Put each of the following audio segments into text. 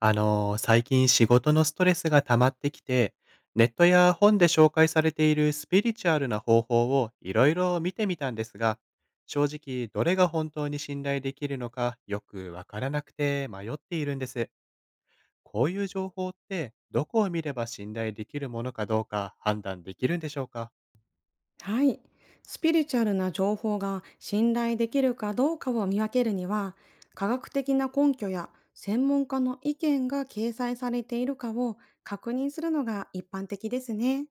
最近仕事のストレスが溜まってきて、ネットや本で紹介されているスピリチュアルな方法をいろいろ見てみたんですが、正直どれが本当に信頼できるのかよくわからなくて迷っているんです。こういう情報ってどこを見れば信頼できるものかどうか判断できるんでしょうか？はい。スピリチュアルな情報が信頼できるかどうかを見分けるには、科学的な根拠や専門家の意見が掲載されているかを確認するのが一般的ですね。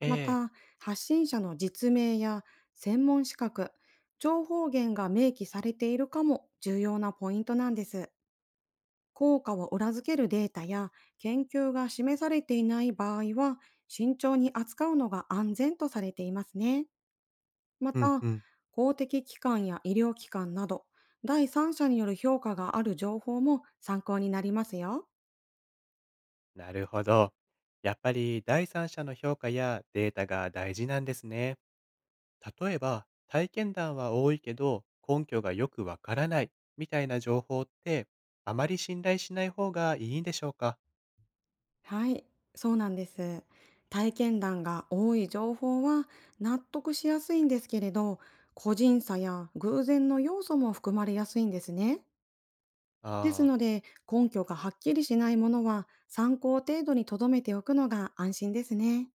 えまえ、た、発信者の実名や専門資格、情報源が明記されているかも重要なポイントなんです。効果を裏付けるデータや研究が示されていない場合は、慎重に扱うのが安全とされていますね。まうんた、うん。公的機関や医療機関など、第三者による評価がある情報も参考になりますよ。なるほど。やっぱり第三者の評価やデータが大事なんですね。例えば、体験談は多いけど根拠がよくわからないみたいな情報ってあまり信頼しない方がいいんでしょうか？はい、そうなんです。体験談が多い情報は納得しやすいんですけれど、個人差や偶然の要素も含まれやすいんですね。ですああ、ので、根拠がはっきりしないものは参考程度に留めておくのが安心ですね。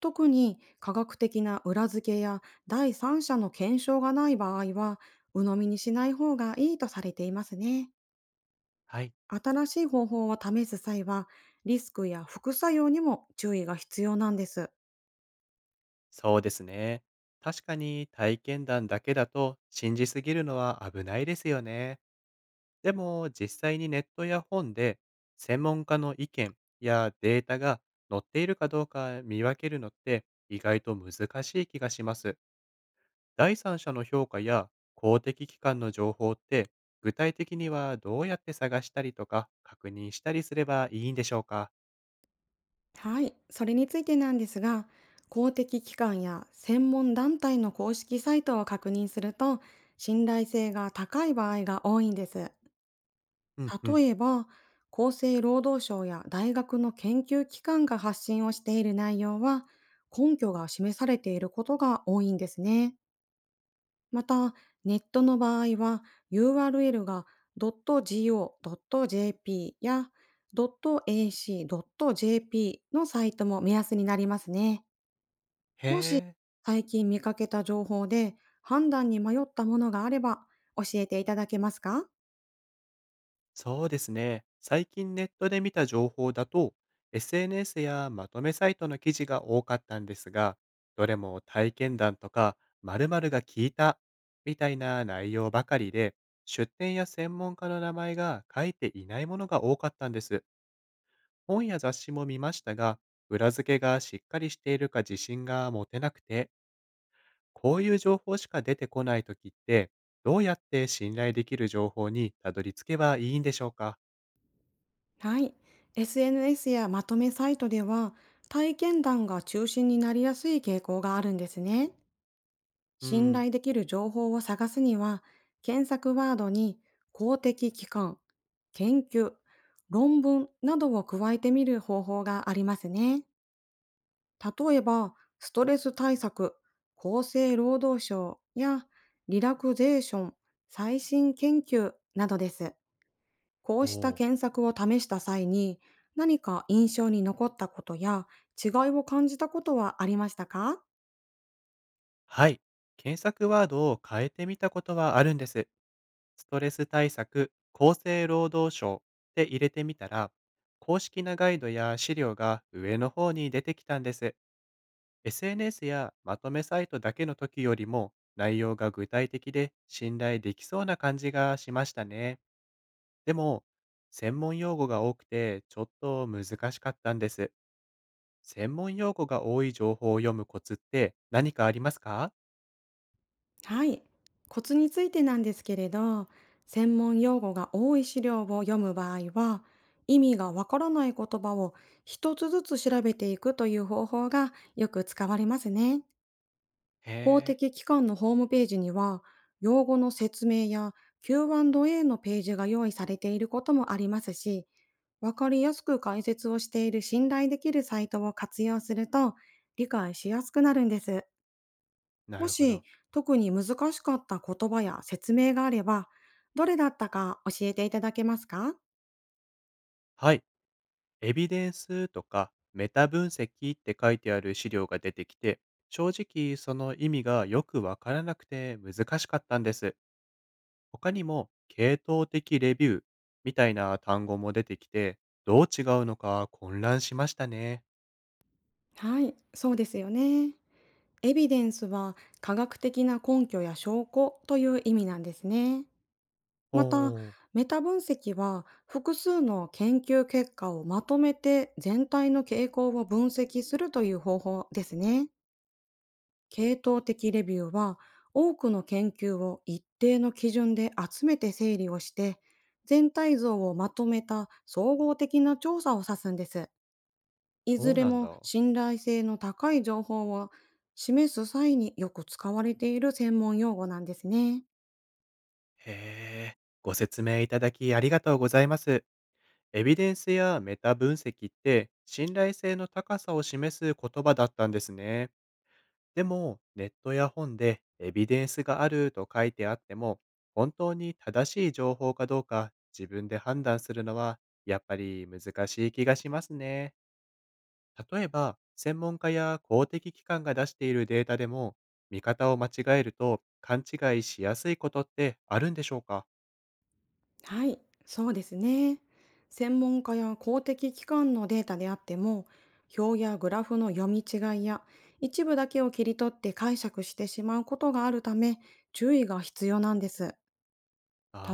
特に科学的な裏付けや第三者の検証がない場合は、鵜呑みにしない方がいいとされていますね。はい、新しい方法を試す際は、リスクや副作用にも注意が必要なんです。そうですね。確かに体験談だけだと信じすぎるのは危ないですよね。でも実際にネットや本で専門家の意見やデータが載っているかどうか見分けるのって意外と難しい気がします。第三者の評価や公的機関の情報って具体的にはどうやって探したりとか確認したりすればいいんでしょうか？はい、それについてなんですが、公的機関や専門団体の公式サイトを確認すると、信頼性が高い場合が多いんです。うんうん。例えば、厚生労働省や大学の研究機関が発信をしている内容は、根拠が示されていることが多いんですね。また、ネットの場合は、URL が .go.jp や .ac.jp のサイトも目安になりますね。へもし、え、最近見かけた情報で判断に迷ったものがあれば、教えていただけますか？そうですね。最近ネットで見た情報だと SNS やまとめサイトの記事が多かったんですが、どれも体験談とか〇〇が聞いたみたいな内容ばかりで、出店や専門家の名前が書いていないものが多かったんです。本や雑誌も見ましたが、裏付けがしっかりしているか自信が持てなくて、こういう情報しか出てこないときって、どうやって信頼できる情報にたどり着けばいいんでしょうか？はい。SNS やまとめサイトでは、体験談が中心になりやすい傾向があるんですね。う信ん。頼できる情報を探すには、検索ワードに公的機関、研究、論文などを加えてみる方法がありますね。例えば、ストレス対策、厚生労働省やリラクゼーション、最新研究などです。こうおしたー、検索を試した際に、何か印象に残ったことや違いを感じたことはありましたか？はい。検索ワードを変えてみたことはあるんです。ストレス対策、厚生労働省って入れてみたら、公式なガイドや資料が上の方に出てきたんです。SNS やまとめサイトだけの時よりも内容が具体的で信頼できそうな感じがしましたね。でも、専門用語が多くてちょっと難しかったんです。専門用語が多い情報を読むコツって何かありますか？はい。コツについてなんですけれど、専門用語が多い資料を読む場合は、意味がわからない言葉を一つずつ調べていくという方法がよく使われますね。へ公え、的機関のホームページには、用語の説明や Q&A のページが用意されていることもありますし、わかりやすく解説をしている信頼できるサイトを活用すると理解しやすくなるんです。なもるほしど。特に難しかった言葉や説明があれば、どれだったか教えていただけますか？はい。エビデンスとかメタ分析って書いてある資料が出てきて、正直その意味がよくわからなくて難しかったんです。他にも、系統的レビューみたいな単語も出てきて、どう違うのか混乱しましたね。はい、そうですよね。エビデンスは科学的な根拠や証拠という意味なんですね。また、おー。メタ分析は複数の研究結果をまとめて全体の傾向を分析するという方法ですね。系統的レビューは多くの研究を一定の基準で集めて整理をして全体像をまとめた総合的な調査を指すんです。いそずうれなんもだ。信頼性の高い情報を示す際によく使われている専門用語なんですね。へえ。ご説明いただきありがとうございます。エビデンスやメタ分析って信頼性の高さを示す言葉だったんですね。でも、ネットや本でエビデンスがあると書いてあっても、本当に正しい情報かどうか自分で判断するのはやっぱり難しい気がしますね。例えば、専門家や公的機関が出しているデータでも、見方を間違えると勘違いしやすいことってあるんでしょうか？はい、そうですね。専門家や公的機関のデータであっても、表やグラフの読み違いや一部だけを切り取って解釈してしまうことがあるため、注意が必要なんです。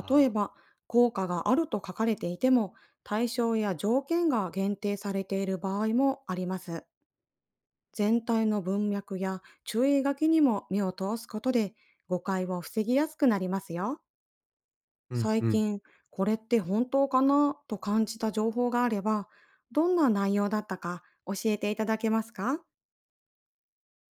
例えああ、ば、効果があると書かれていても、対象や条件が限定されている場合もあります。全体の文脈や注意書きにも目を通すことで、誤解を防ぎやすくなりますよ。うん最うん。近、これって本当かなと感じた情報があれば、どんな内容だったか教えていただけますか？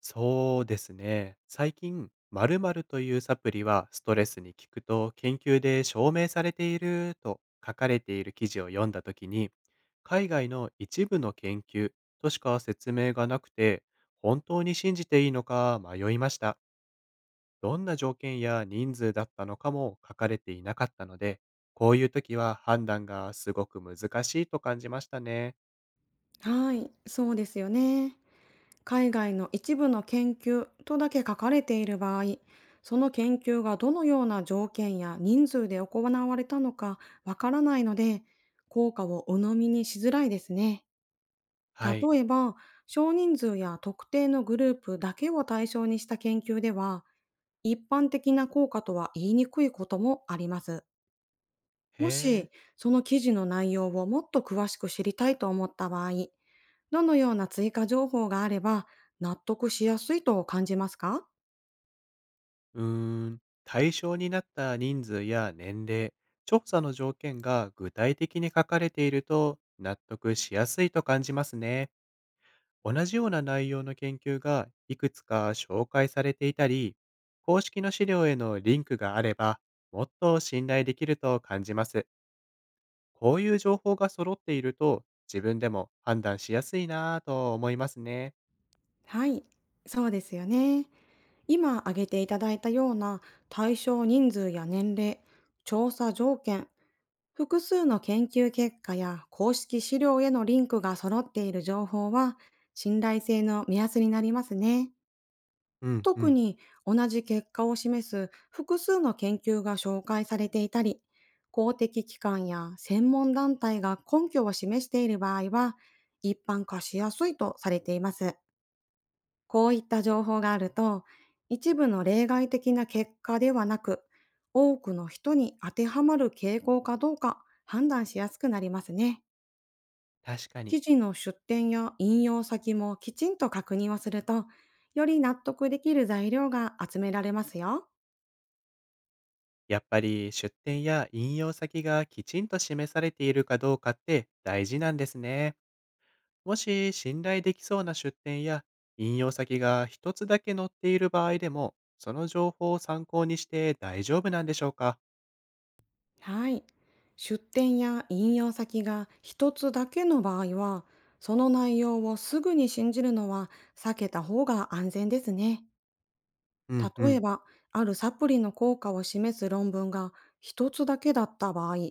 そうですね。最近、〇〇というサプリはストレスに効くと研究で証明されていると書かれている記事を読んだときに、海外の一部の研究としか説明がなくて、本当に信じていいのか迷いました。どんな条件や人数だったのかも書かれていなかったので、こういう時は判断がすごく難しいと感じましたね。はい、そうですよね。海外の一部の研究とだけ書かれている場合、その研究がどのような条件や人数で行われたのかわからないので、効果を鵜呑みにしづらいですね。はい。例えば、少人数や特定のグループだけを対象にした研究では、一般的な効果とは言いにくいこともあります。へもえ。し、その記事の内容をもっと詳しく知りたいと思った場合、どのような追加情報があれば納得しやすいと感じますか？うーん。対象になった人数や年齢、調査の条件が具体的に書かれていると納得しやすいと感じますね。同じような内容の研究がいくつか紹介されていたり、公式の資料へのリンクがあれば、もっと信頼できると感じます。こういう情報が揃っていると、自分でも判断しやすいなぁと思いますね。はい、そうですよね。今挙げていただいたような対象人数や年齢、調査条件、複数の研究結果や公式資料へのリンクが揃っている情報は信頼性の目安になりますね。うんう特ん。に同じ結果を示す複数の研究が紹介されていたり、公的機関や専門団体が根拠を示している場合は一般化しやすいとされています。こういった情報があると、一部の例外的な結果ではなく、多くの人に当てはまる傾向かどうか判断しやすくなりますね。確かに。記事の出典や引用先もきちんと確認をすると、より納得できる材料が集められますよ。やっぱり出典や引用先がきちんと示されているかどうかって大事なんですね。もし信頼できそうな出典や引用先が一つだけ載っている場合でも、その情報を参考にして大丈夫なんでしょうか？はい。出典や引用先が一つだけの場合は、その内容をすぐに信じるのは避けた方が安全ですね。うんう例えん。ば、あるサプリの効果を示す論文が一つだけだった場合、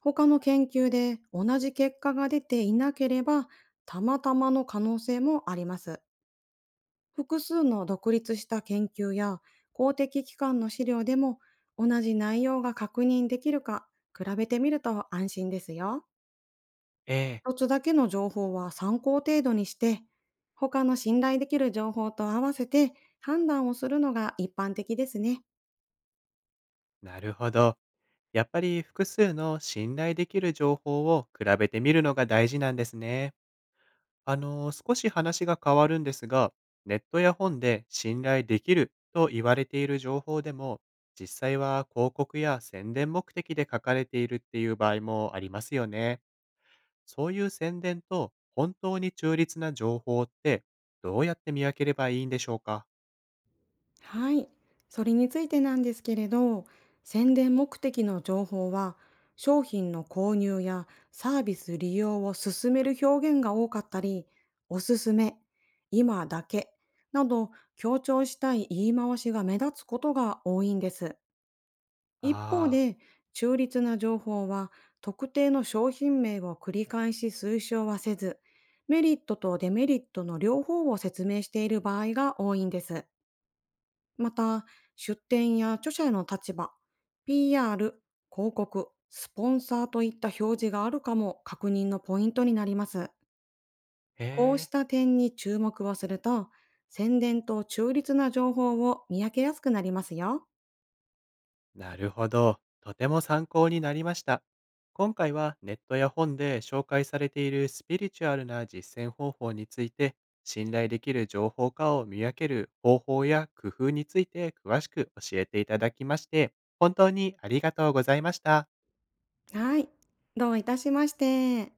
他の研究で同じ結果が出ていなければ、たまたまの可能性もあります。複数の独立した研究や公的機関の資料でも同じ内容が確認できるか比べてみると安心ですよ。ええ、一つだけの情報は参考程度にして、他の信頼できる情報と合わせて判断をするのが一般的ですね。なるほど。やっぱり複数の信頼できる情報を比べてみるのが大事なんですね。少し話が変わるんですが、ネットや本で信頼できると言われている情報でも、実際は広告や宣伝目的で書かれているっていう場合もありますよね。そういう宣伝と本当に中立な情報って、どうやって見分ければいいんでしょうか？はい。それについてなんですけれど、宣伝目的の情報は、商品の購入やサービス利用を勧める表現が多かったり、おすすめ、今だけ、など強調したい言い回しが目立つことが多いんです。一方ああで、中立な情報は特定の商品名を繰り返し推奨はせず、メリットとデメリットの両方を説明している場合が多いんです。また、出店や著者への立場、PR、広告、スポンサーといった表示があるかも確認のポイントになります。ー、へこうしえ。た点に注目をすると、宣伝と中立な情報を見分けやすくなりますよ。なるほど。とても参考になりました。今回はネットや本で紹介されているスピリチュアルな実践方法について、信頼できる情報かを見分ける方法や工夫について詳しく教えていただきまして、本当にありがとうございました。はい。どういたしまして。